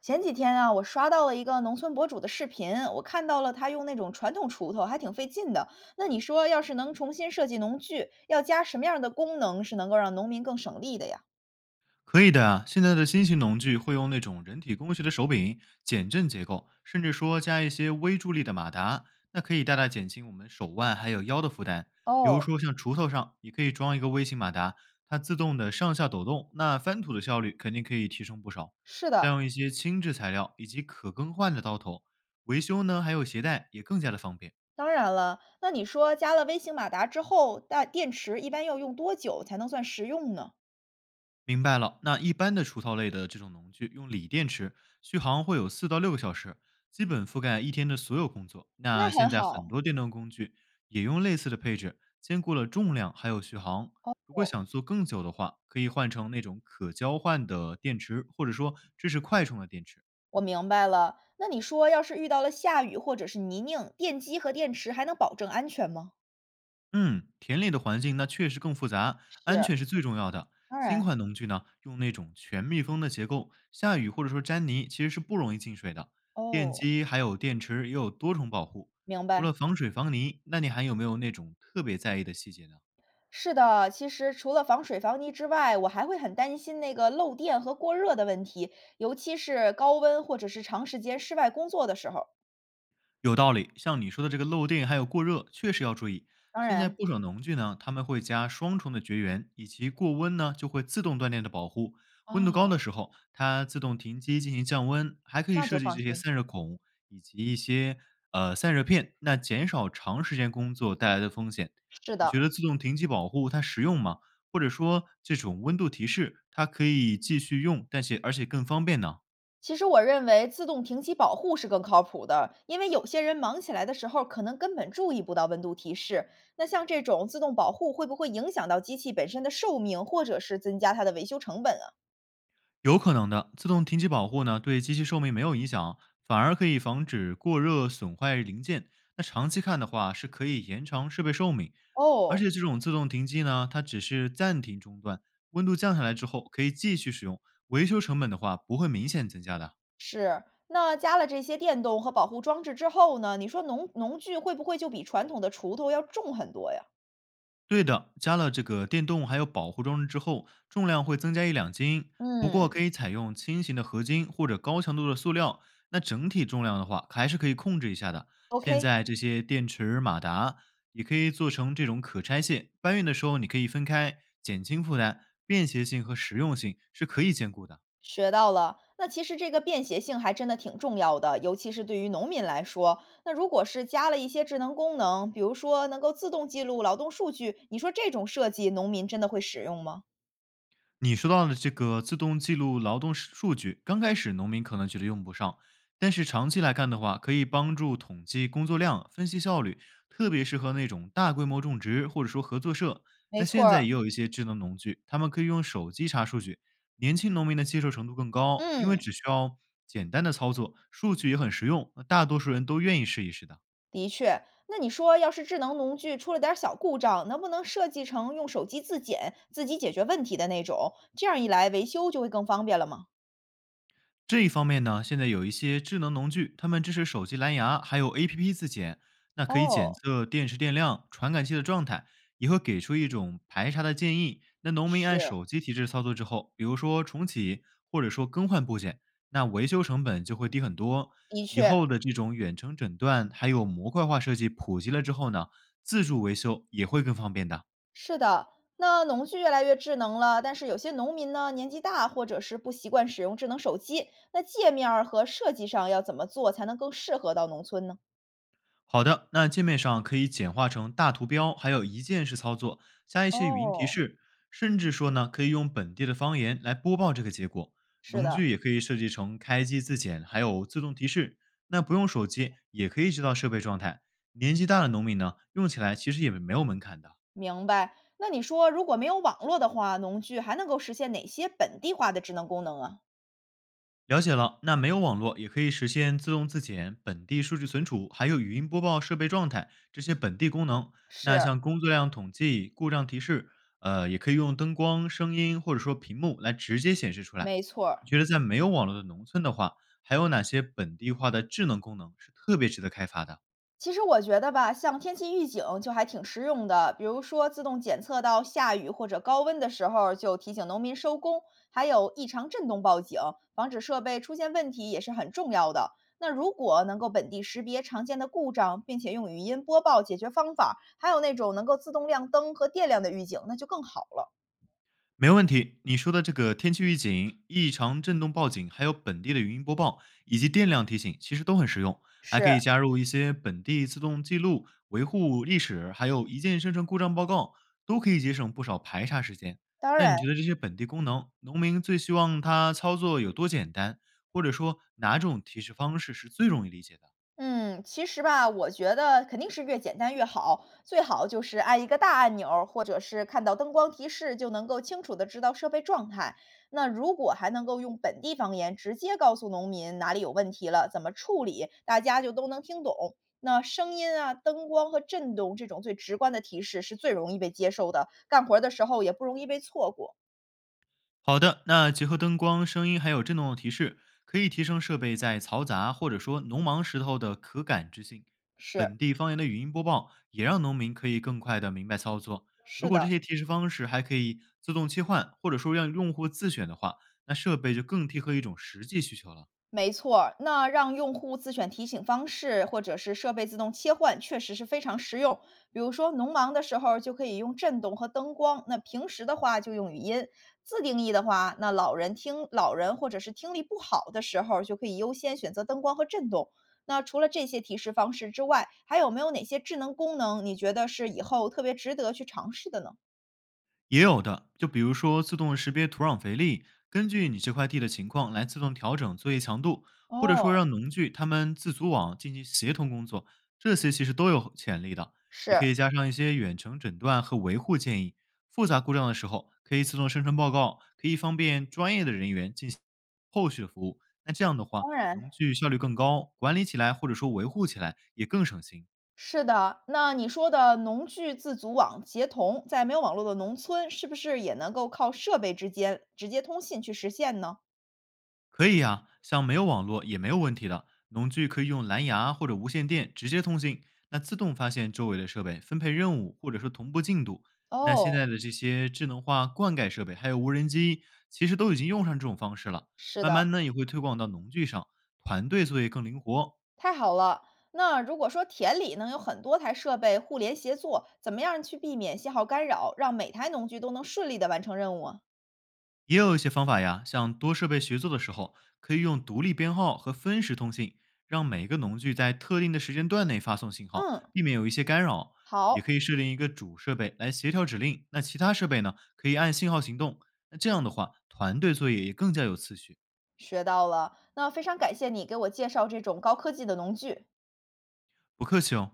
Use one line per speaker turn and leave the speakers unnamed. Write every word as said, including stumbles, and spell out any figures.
前几天啊，我刷到了一个农村博主的视频，我看到了他用那种传统锄头，还挺费劲的。那你说，要是能重新设计农具，要加什么样的功能是能够让农民更省力的呀？
可以的啊，现在的新型农具会用那种人体工学的手柄、减震结构，甚至说加一些微助力的马达，那可以大大减轻我们手腕还有腰的负担。比如
哦，
说像锄头上也可以装一个微型马达，它自动的上下抖动，那翻土的效率肯定可以提升不少。
是
再
的，
用一些轻质材料以及可更换的刀头，维修呢还有携带也更加的方便。
当然了。那你说，加了微型马达之后，大电池一般要用多久才能算实用呢？
明白了，那一般的除草类的这种农具，用锂电池续航会有四到六个小时，基本覆盖一天的所有工作。
那
那现
很
在很
好，
多电动工具也用类似的配置，兼顾了重量还有续航。
哦，
如果想做更久的话，可以换成那种可交换的电池，或者说支持快充的电池。
我明白了。那你说，要是遇到了下雨或者是泥泞，电机和电池还能保证安全吗？
嗯，田里的环境那确实更复杂，安
是，
全是最重要的。
当
新
然。
款农具呢，用那种全密封的结构，下雨或者说沾泥其实是不容易进水的。电
哦，
机还有电池也有多重保护，
明
除了
白。
防水防泥，那你还有没有那种特别在意的细节呢？
是的，其实除了防水防泥之外，我还会很担心那个漏电和过热的问题，尤其是高温或者是长时间室外工作的时候。
有道理，像你说的这个漏电还有过热，确实要注意。
当
现在
然，
不少农具呢，他们会加双重的绝缘，以及过温呢就会自动断电的保护。温度高的
啊，
时候，它自动停机进行降温，还可以
那
设
就
计
放
这些
心。
散热孔以及一些呃散热片，那减少长时间工作带来的风险。
是
你觉
的，
得自动停机保护它实用吗？或者说这种温度提示它可以继续用，但是而且更方便呢？
其实我认为自动停机保护是更靠谱的，因为有些人忙起来的时候可能根本注意不到温度提示。那像这种自动保护会不会影响到机器本身的寿命，或者是增加它的维修成本啊？
有可能的，自动停机保护呢，对机器寿命没有影响，反而可以防止过热损坏零件。那长期看的话，是可以延长设备寿命。而
哦，
且这种自动停机呢，它只是暂停中断，温度降下来之后可以继续使用，维修成本的话不会明显增加的。
是，那加了这些电动和保护装置之后呢，你说农农具会不会就比传统的锄头要重很多呀？
对的，加了这个电动还有保护装置之后，重量会增加一两斤，不过可
嗯，
以采用轻型的合金或者高强度的塑料。那整体重量的话，还是可以控制一下的。现
OK，
在这些电池、马达也可以做成这种可拆卸，搬运的时候你可以分开，减轻负担，便携性和实用性是可以兼顾的。
学到了。那其实这个便携性还真的挺重要的，尤其是对于农民来说。那如果是加了一些智能功能，比如说能够自动记录劳动数据，你说这种设计，农民真的会使用吗？
你说到的这个自动记录劳动数数据，刚开始农民可能觉得用不上，但是长期来看的话，可以帮助统计工作量、分析效率，特别适合那种大规模种植或者说合作社。
没
那
错
现在也
儿，
有一些智能农具，他们可以用手机查数据，年轻农民的接受程度更高，因为只
嗯。
需要简单的操作，数据也很实用，那大多数人都愿意试一试的。
的确，那你说，要是智能农具出了点儿小故障，能不能设计成用手机自检、自己解决问题的那种？这样一来，维修就会更方便了吗？
这一方面呢，现在有一些智能农具，它们支持手机蓝牙还有 A P P 自检，那可以检
哦，
测电池电量、传感器的状态，也会给出一种排查的建议。那农民按
是，
手机提示操作之后，比如说重启或者说更换部件，那维修成本就会低很多。
的
以
确，
后的这种远程诊断还有模块化设计普及了之后呢，自助维修也会更方便的。
是的。那农具越来越智能了，但是有些农民呢，年纪大或者是不习惯使用智能手机，那界面儿和设计上要怎么做才能更适合到农村呢？
好的，那界面上可以简化成大图标，还有一键式操作，加一些语音提
哦，
示，甚至说呢，可以用本地的方言来播报这个结果。
是
农
的，
具也可以设计成开机自检，还有自动提示。那不用手机也可以知道设备状态。年纪大的农民呢，用起来其实也没有门槛的。
明白。那你说，如果没有网络的话，农具还能够实现哪些本地化的智能功能啊？
了解了，那没有网络也可以实现自动自检、本地数据存储，还有语音播报设备状态这些本地功能。那
是，
像工作量统计、故障提示，呃，也可以用灯光、声音或者说屏幕来直接显示出来。
没错儿，
你觉得在没有网络的农村的话，还有哪些本地化的智能功能是特别值得开发的？
其实我觉得吧，像天气预警就还挺实用的，比如说自动检测到下雨或者高温的时候，就提醒农民收工，还有异常震动报警，防止设备出现问题也是很重要的。那如果能够本地识别常见的故障，并且用语音播报解决方法，还有那种能够自动亮灯和电量的预警，那就更好了。
没问题，你说的这个天气预警、异常震动报警，还有本地的语音播报以及电量提醒，其实都很实用。还可以
是，
加入一些本地自动记录、维护历史，还有一键生成故障报告，都可以节省不少排查时间。
当
那
然。
你觉得这些本地功能，农民最希望它操作有多简单，或者说哪种提示方式是最容易理解的？
嗯，其实吧，我觉得肯定是越简单越好，最好就是按一个大按钮儿或者是看到灯光提示就能够清楚的知道设备状态。那如果还能够用本地方言直接告诉农民哪里有问题了，怎么处理，大家就都能听懂。那声音啊、灯光和震动这种最直观的提示是最容易被接受的，干活儿的时候也不容易被错过。
好的，那结合灯光、声音还有震动的提示，可以提升设备在嘈杂或者说农忙时候的可感知性。
是，
本地方言的语音播报也让农民可以更快的明白操作。如
是
果
的。
这些提示方式还可以自动切换，或者说让用户自选的话，那设备就更贴合一种实际需求了。
没错儿那让用户自选提醒方式，或者是设备自动切换，确实是非常实用。比如说农忙的时候就可以用震动和灯光，那平时的话就用语音。自定义的话，那老人听老人或者是听力不好的时候，就可以优先选择灯光和震动。那除了这些提示方式之外，还有没有哪些智能功能你觉得是以后特别值得去尝试的呢？
也有的，就比如说自动识别土壤肥力，根据你这块地的情况来自动调整作业强度，或者说
哦，
让农具他们自组网进行协同工作，这些其实都有潜力的。也
是，
可以加上一些远程诊断和维护建议，复杂故障的时候可以自动生成报告，可以方便专业的人员进行后续的服务。那这样的话，
当然。
农具效率更高，管理起来或者说维护起来也更省心。
是的，那你说的农具自组网协同，在没有网络的农村，是不是也能够靠设备之间直接通信去实现呢？
可以呀、像没有网络也没有问题的，农具可以用蓝牙或者无线电直接通信，那自动发现周围的设备，分配任务或者说同步进度。那现
哦，
在的这些智能化灌溉设备，还有无人机，其实都已经用上这种方式了。
是
慢
的，
慢呢，也会推广到农具上，团队作业更灵活，
太好了。那如果说田里能有很多台设备互联协作，怎么样去避免信号干扰，让每台农具都能顺利的完成任务啊
也有一些方法呀，像多设备协作的时候，可以用独立编号和分时通信，让每个农具在特定的时间段内发送信号，
嗯，
避免有一些干扰。也可
好，
以设定一个主设备来协调指令，那其他设备呢，可以按信号行动。那这样的话，团队作业也更加有次序。
学到了。那非常感谢你给我介绍这种高科技的农具。
不客气哦。